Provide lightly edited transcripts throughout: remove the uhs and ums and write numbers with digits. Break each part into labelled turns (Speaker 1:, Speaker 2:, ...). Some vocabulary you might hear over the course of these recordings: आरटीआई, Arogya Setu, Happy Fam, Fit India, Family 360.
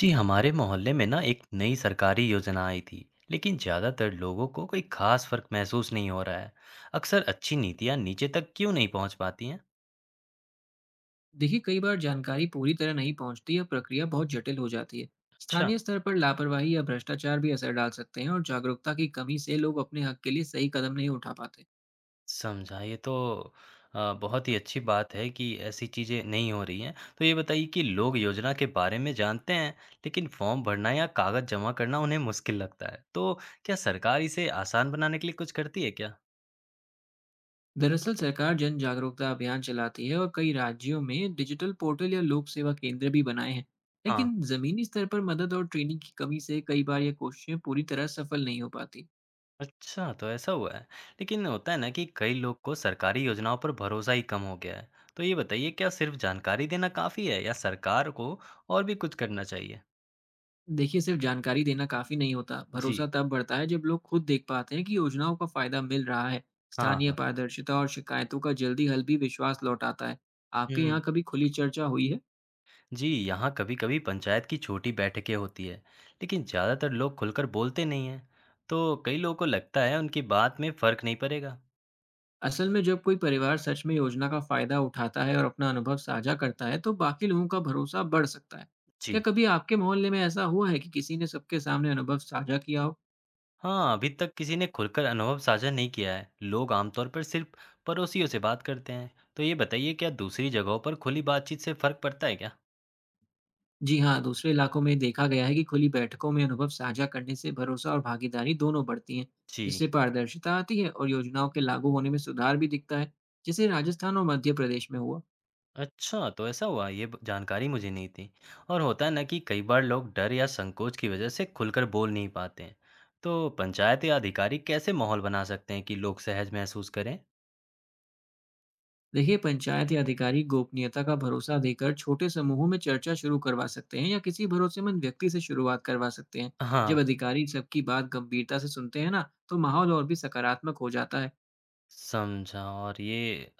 Speaker 1: जी हमारे मोहल्ले में ना एक नई सरकारी योजना आई थी। लेकिन ज़्यादातर लोगों को कोई खास फर्क महसूस नहीं हो रहा है। अक्सर अच्छी नीतियाँ नीचे तक क्यों नहीं पहुँच पाती हैं?
Speaker 2: देखिए कई बार जानकारी पूरी तरह नहीं पहुंचती या प्रक्रिया बहुत जटिल हो जाती है।
Speaker 1: अच्छा,
Speaker 2: स्थानीय स्तर पर लापरवाही या भ्रष्टाचार भी असर डाल सकते हैं और जागरूकता की कमी से लोग अपने हक के लिए सही कदम नहीं उठा पाते।
Speaker 1: समझा ये तो। बहुत ही अच्छी बात है कि ऐसी चीज़ें नहीं हो रही हैं। तो ये बताइए कि लोग योजना के बारे में जानते हैं, लेकिन फॉर्म भरना या कागज़ जमा करना उन्हें मुश्किल लगता है, तो क्या सरकार इसे आसान बनाने के लिए कुछ करती है क्या?
Speaker 2: दरअसल सरकार जन जागरूकता अभियान चलाती है और कई राज्यों में डिजिटल पोर्टल या लोक सेवा केंद्र भी बनाए हैं।
Speaker 1: हाँ।
Speaker 2: लेकिन जमीनी स्तर पर मदद और ट्रेनिंग की कमी से कई बार ये कोशिशें पूरी तरह सफल नहीं हो पाती।
Speaker 1: अच्छा, तो ऐसा हुआ है। लेकिन होता है ना कि कई लोग को सरकारी योजनाओं पर भरोसा ही कम हो गया है। तो ये बताइए क्या सिर्फ जानकारी देना काफ़ी है या सरकार को और भी कुछ करना चाहिए?
Speaker 2: देखिए सिर्फ जानकारी देना काफी नहीं होता।
Speaker 1: जी।
Speaker 2: भरोसा तब बढ़ता है जब लोग खुद देख पाते हैं कि योजनाओं का फायदा मिल रहा है।
Speaker 1: हाँ,
Speaker 2: स्थानीय
Speaker 1: हाँ।
Speaker 2: पारदर्शिता और शिकायतों का जल्दी हल भी विश्वास लौटाता है। आपके
Speaker 1: हुँ।
Speaker 2: यहाँ कभी खुली चर्चा हुई है?
Speaker 1: जी, यहाँ कभी-कभी पंचायत की छोटी बैठकें होती है, लेकिन ज़्यादातर लोग खुलकर बोलते नहीं हैं। तो कई लोगों को लगता है उनकी बात में फ़र्क नहीं पड़ेगा।
Speaker 2: असल में जब कोई परिवार सच में योजना का फायदा उठाता है और अपना अनुभव साझा करता है तो बाकी लोगों का भरोसा बढ़ सकता है। क्या
Speaker 1: जी।
Speaker 2: कभी आपके मोहल्ले में ऐसा हुआ है कि किसी ने सबके सामने अनुभव साझा किया हो?
Speaker 1: हाँ, अभी तक किसी ने खुलकर अनुभव साझा नहीं किया है। लोग आमतौर पर सिर्फ पड़ोसियों से बात करते हैं। तो ये बताइए क्या दूसरी जगहों पर खुली बातचीत से फर्क पड़ता है क्या?
Speaker 2: जी हाँ, दूसरे इलाकों में देखा गया है कि खुली बैठकों में अनुभव साझा करने से भरोसा और भागीदारी दोनों बढ़ती हैं।
Speaker 1: जी।
Speaker 2: इससे पारदर्शिता आती है और योजनाओं के लागू होने में सुधार भी दिखता है, जैसे राजस्थान और मध्य प्रदेश में हुआ।
Speaker 1: अच्छा, तो ऐसा हुआ, ये जानकारी मुझे नहीं थी। और होता है ना कि कई बार लोग डर या संकोच की वजह से खुलकर बोल नहीं पाते हैं। तो पंचायत या अधिकारी कैसे माहौल बना सकते हैं कि लोग सहज महसूस करें?
Speaker 2: देखिए, पंचायत या अधिकारी गोपनीयता का भरोसा देकर छोटे समूहों में चर्चा शुरू करवा सकते हैं या किसी भरोसेमंद व्यक्ति से शुरुआत करवा सकते हैं।
Speaker 1: हाँ।
Speaker 2: जब अधिकारी सबकी बात गंभीरता से सुनते हैं ना, तो माहौल और भी सकारात्मक हो जाता है।
Speaker 1: समझा, और ये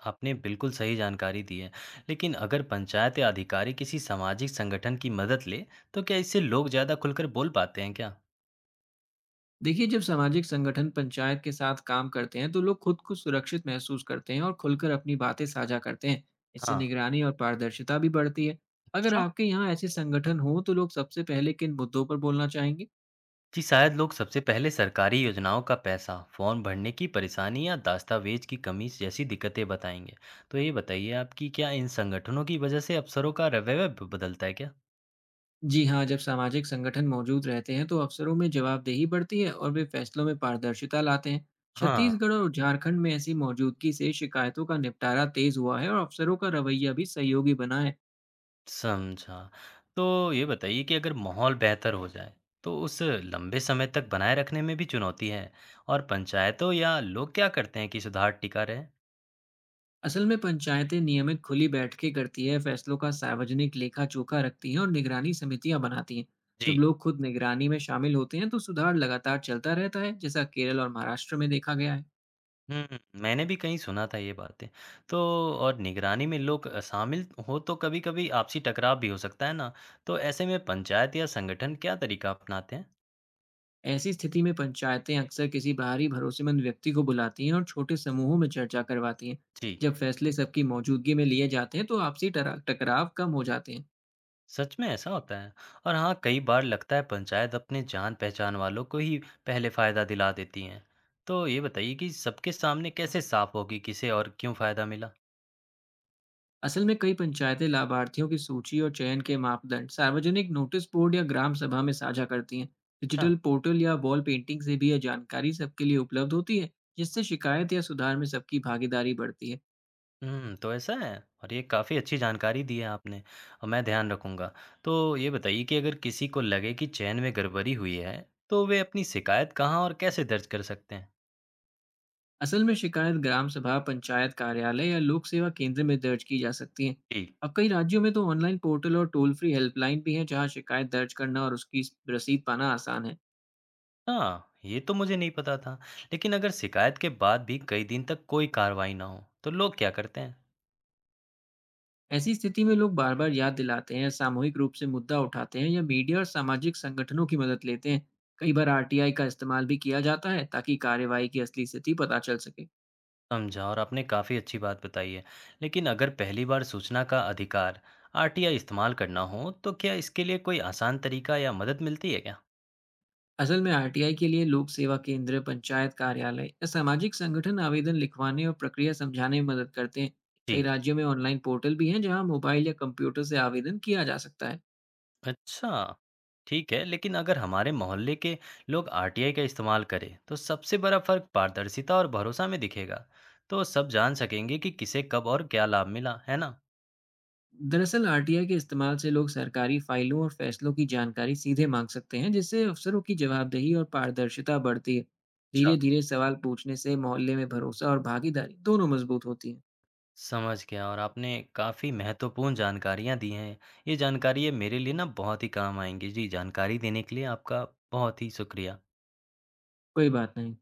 Speaker 1: आपने बिल्कुल सही जानकारी दी है। लेकिन अगर पंचायत या अधिकारी किसी सामाजिक संगठन की मदद ले, तो क्या इससे लोग ज़्यादा खुलकर बोल पाते हैं क्या?
Speaker 2: देखिए जब सामाजिक संगठन पंचायत के साथ काम करते हैं तो लोग खुद को सुरक्षित महसूस करते हैं और खुलकर अपनी बातें साझा करते हैं। इससे
Speaker 1: हाँ,
Speaker 2: निगरानी और पारदर्शिता भी बढ़ती है। अगर
Speaker 1: अच्छा।
Speaker 2: आपके यहाँ ऐसे संगठन हो तो लोग सबसे पहले किन मुद्दों पर बोलना चाहेंगे?
Speaker 1: जी शायद लोग सबसे पहले सरकारी योजनाओं का पैसा, फॉर्म भरने की परेशानी या दस्तावेज की कमी जैसी दिक्कतें बताएंगे। तो ये बताइए आपकी क्या इन संगठनों की वजह से अफसरों का रवैया बदलता है क्या?
Speaker 2: जी हाँ, जब सामाजिक संगठन मौजूद रहते हैं तो अफसरों में जवाबदेही बढ़ती है और वे फैसलों में पारदर्शिता लाते हैं।
Speaker 1: हाँ,
Speaker 2: छत्तीसगढ़ और झारखंड में ऐसी मौजूदगी से शिकायतों का निपटारा तेज हुआ है और अफसरों का रवैया भी सहयोगी बना है।
Speaker 1: समझा। तो ये बताइए कि अगर माहौल बेहतर हो जाए, तो उसे लंबे समय तक बनाए रखने में भी चुनौती है। और पंचायतों या लोग क्या करते हैं कि सुधार टिका रहे?
Speaker 2: असल में पंचायतें नियमित खुली बैठकें करती है, फैसलों का सार्वजनिक लेखा जोखा रखती हैं और निगरानी समितियां बनाती हैं। जब
Speaker 1: जी।
Speaker 2: लोग खुद निगरानी में शामिल होते हैं तो सुधार लगातार चलता रहता है, जैसा केरल और महाराष्ट्र में देखा गया है।
Speaker 1: हुँ, मैंने भी कहीं सुना था ये बातें। तो और निगरानी में लोग शामिल हों तो कभी-कभी आपसी टकराव भी हो सकता है ना? तो ऐसे में पंचायत या संगठन क्या तरीका अपनाते हैं?
Speaker 2: ऐसी स्थिति में पंचायतें अक्सर किसी बाहरी भरोसेमंद व्यक्ति को बुलाती हैं और छोटे समूहों में चर्चा करवाती हैं।
Speaker 1: जी।
Speaker 2: जब फैसले सबकी मौजूदगी में लिए जाते हैं तो आपसी टकराव कम हो जाते हैं।
Speaker 1: सच में ऐसा होता है। और हाँ, कई बार लगता है पंचायत अपने जान पहचान वालों को ही पहले फायदा दिला देती हैं। तो ये बताइए कि सबके सामने कैसे साफ होगी किसे और क्यों फायदा मिला।
Speaker 2: असल में कई पंचायतें लाभार्थियों की सूची और चयन के मापदंड सार्वजनिक नोटिस बोर्ड या ग्राम सभा में साझा करती हैं।
Speaker 1: अच्छा।
Speaker 2: डिजिटल पोर्टल या वॉल पेंटिंग से भी यह जानकारी सबके लिए उपलब्ध होती है, जिससे शिकायत या सुधार में सबकी भागीदारी बढ़ती है।
Speaker 1: हम्म, तो ऐसा है। और ये काफ़ी अच्छी जानकारी दी है आपने, और मैं ध्यान रखूंगा। तो ये बताइए कि अगर किसी को लगे कि चयन में गड़बड़ी हुई है, तो वे अपनी शिकायत कहाँ और कैसे दर्ज कर सकते हैं?
Speaker 2: असल में शिकायत ग्राम सभा, पंचायत कार्यालय या लोक सेवा केंद्र में दर्ज की जा सकती है।
Speaker 1: जी।
Speaker 2: अब कई राज्यों में तो ऑनलाइन पोर्टल और टोल फ्री हेल्पलाइन भी हैं, जहां शिकायत दर्ज करना और उसकी रसीद पाना आसान है।
Speaker 1: हाँ, ये तो मुझे नहीं पता था। लेकिन अगर शिकायत के बाद भी कई दिन तक कोई कार्रवाई ना हो, तो लोग क्या करते हैं?
Speaker 2: ऐसी स्थिति में लोग बार बार याद दिलाते हैं, सामूहिक रूप से मुद्दा उठाते हैं या मीडिया और सामाजिक संगठनों की मदद लेते हैं। कई बार आरटीआई का इस्तेमाल भी किया जाता है ताकि कार्रवाई की असली स्थिति पता चल सके।
Speaker 1: समझा, और आपने काफ़ी अच्छी बात बताई है। लेकिन अगर पहली बार सूचना का अधिकार आरटीआई इस्तेमाल करना हो, तो क्या इसके लिए कोई आसान तरीका या मदद मिलती है क्या?
Speaker 2: असल में आरटीआई के लिए लोक सेवा केंद्र, पंचायत कार्यालय या सामाजिक संगठन आवेदन लिखवाने और प्रक्रिया समझाने में मदद करते हैं। कई
Speaker 1: जी।
Speaker 2: राज्यों में ऑनलाइन पोर्टल भी हैं, जहां मोबाइल या कंप्यूटर से आवेदन किया जा सकता है।
Speaker 1: अच्छा, ठीक है। लेकिन अगर हमारे मोहल्ले के लोग आरटीआई का इस्तेमाल करें, तो सबसे बड़ा फ़र्क पारदर्शिता और भरोसा में दिखेगा। तो सब जान सकेंगे कि किसे कब और क्या लाभ मिला, है ना?
Speaker 2: दरअसल आरटीआई के इस्तेमाल से लोग सरकारी फाइलों और फैसलों की जानकारी सीधे मांग सकते हैं, जिससे अफसरों की जवाबदेही और पारदर्शिता बढ़ती है। धीरे धीरे सवाल पूछने से मोहल्ले में भरोसा और भागीदारी दोनों मजबूत होती है।
Speaker 1: समझ गया, और आपने काफ़ी महत्वपूर्ण जानकारियाँ दी हैं। ये जानकारी ये मेरे लिए ना बहुत ही काम आएँगी। जी, जानकारी देने के लिए आपका बहुत ही शुक्रिया।
Speaker 2: कोई बात नहीं।